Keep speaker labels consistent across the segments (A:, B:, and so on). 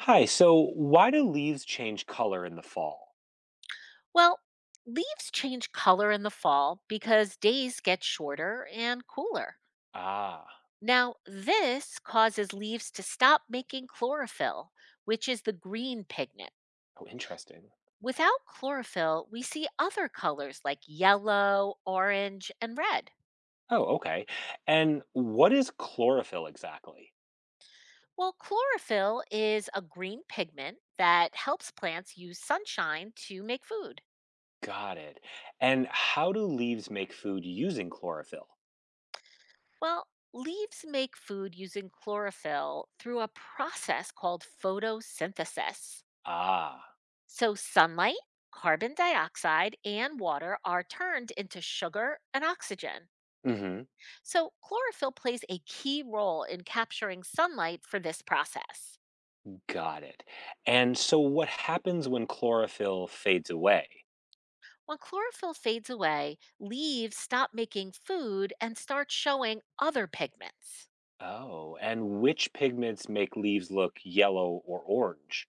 A: Hi, so why do leaves change color in the fall?
B: Well, leaves change color in the fall because days get shorter and cooler.
A: Ah,
B: Now, this causes leaves to stop making chlorophyll, which is the green pigment.
A: oh, interesting.
B: Without chlorophyll, we see other colors like yellow, orange, and red.
A: Oh, okay. And what is chlorophyll exactly?
B: Well, chlorophyll is a green pigment that helps plants use sunshine to make food.
A: Got it. And how do leaves make food using chlorophyll?
B: Well, leaves make food using chlorophyll through a process called photosynthesis.
A: Ah,
B: So, sunlight, carbon dioxide, and water are turned into sugar and oxygen.
A: mm-hmm.
B: So, chlorophyll plays a key role in capturing sunlight for this process.
A: Got it. And so what happens when chlorophyll fades away?
B: When chlorophyll fades away, leaves stop making food and start showing other pigments.
A: Oh, and which pigments make leaves look yellow or orange?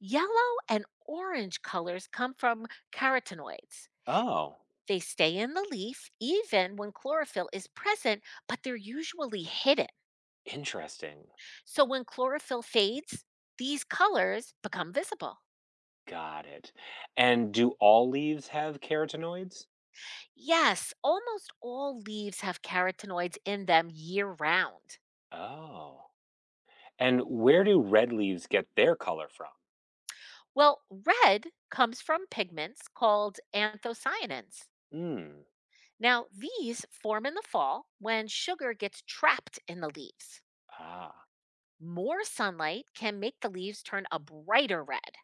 B: Yellow and orange colors come from carotenoids.
A: Oh,
B: They stay in the leaf even when chlorophyll is present, but they're usually hidden.
A: interesting.
B: So when chlorophyll fades, these colors become visible.
A: Got it. And do all leaves have carotenoids?
B: Yes, almost all leaves have carotenoids in them year round.
A: Oh. And where do red leaves get their color from?
B: Well, red comes from pigments called anthocyanins.
A: Hmm.
B: Now, these form in the fall when sugar gets trapped in the leaves.
A: Ah.
B: More sunlight can make the leaves turn a brighter red.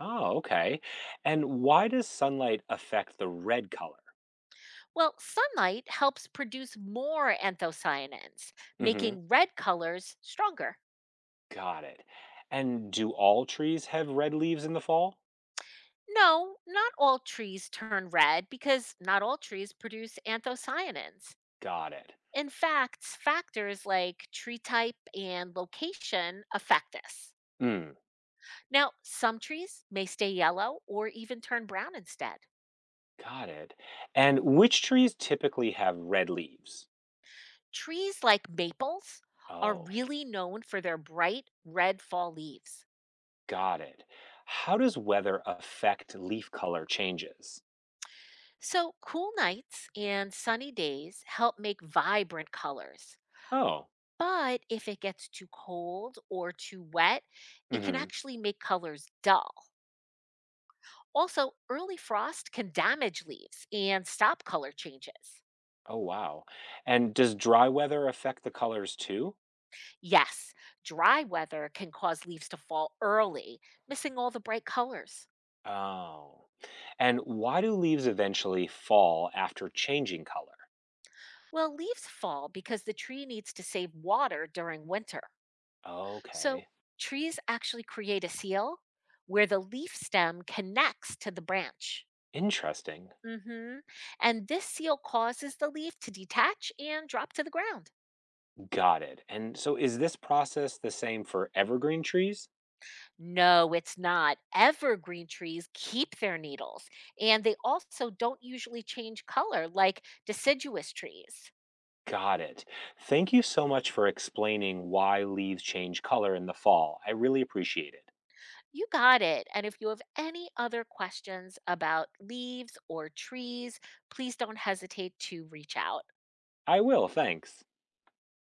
A: Oh, okay. And why does sunlight affect the red color?
B: Well, sunlight helps produce more anthocyanins,
A: Mm-hmm.
B: making red colors stronger.
A: Got it. And do all trees have red leaves in the fall?
B: No, not all trees turn red because not all trees produce anthocyanins.
A: Got it.
B: In fact, factors like tree type and location affect this.
A: Hmm.
B: Now, some trees may stay yellow or even turn brown instead.
A: Got it. And which trees typically have red leaves?
B: Trees like maples are
A: Oh,
B: really known for their bright red fall leaves.
A: got it. How does weather affect leaf color changes?
B: So, cool nights and sunny days help make vibrant colors.
A: Oh.
B: But if it gets too cold or too wet, it can
A: Mm-hmm.
B: actually make colors dull. Also, early frost can damage leaves and stop color changes.
A: Oh, wow. And does dry weather affect the colors too?
B: Yes, dry weather can cause leaves to fall early, missing all the bright colors.
A: Oh. And why do leaves eventually fall after changing color?
B: Well, leaves fall because the tree needs to save water during winter. So,
A: Okay.
B: trees actually create a seal where the leaf stem connects to the branch.
A: Interesting.
B: hmm And this seal causes the leaf to detach and drop to the ground.
A: Got it. And so is this process the same for evergreen trees?
B: No, it's not. Evergreen trees keep their needles, and they also don't usually change color like deciduous trees.
A: Got it. Thank you so much for explaining why leaves change color in the fall. I really appreciate it.
B: You got it. And if you have any other questions about leaves or trees, please don't hesitate to reach out.
A: I will, thanks.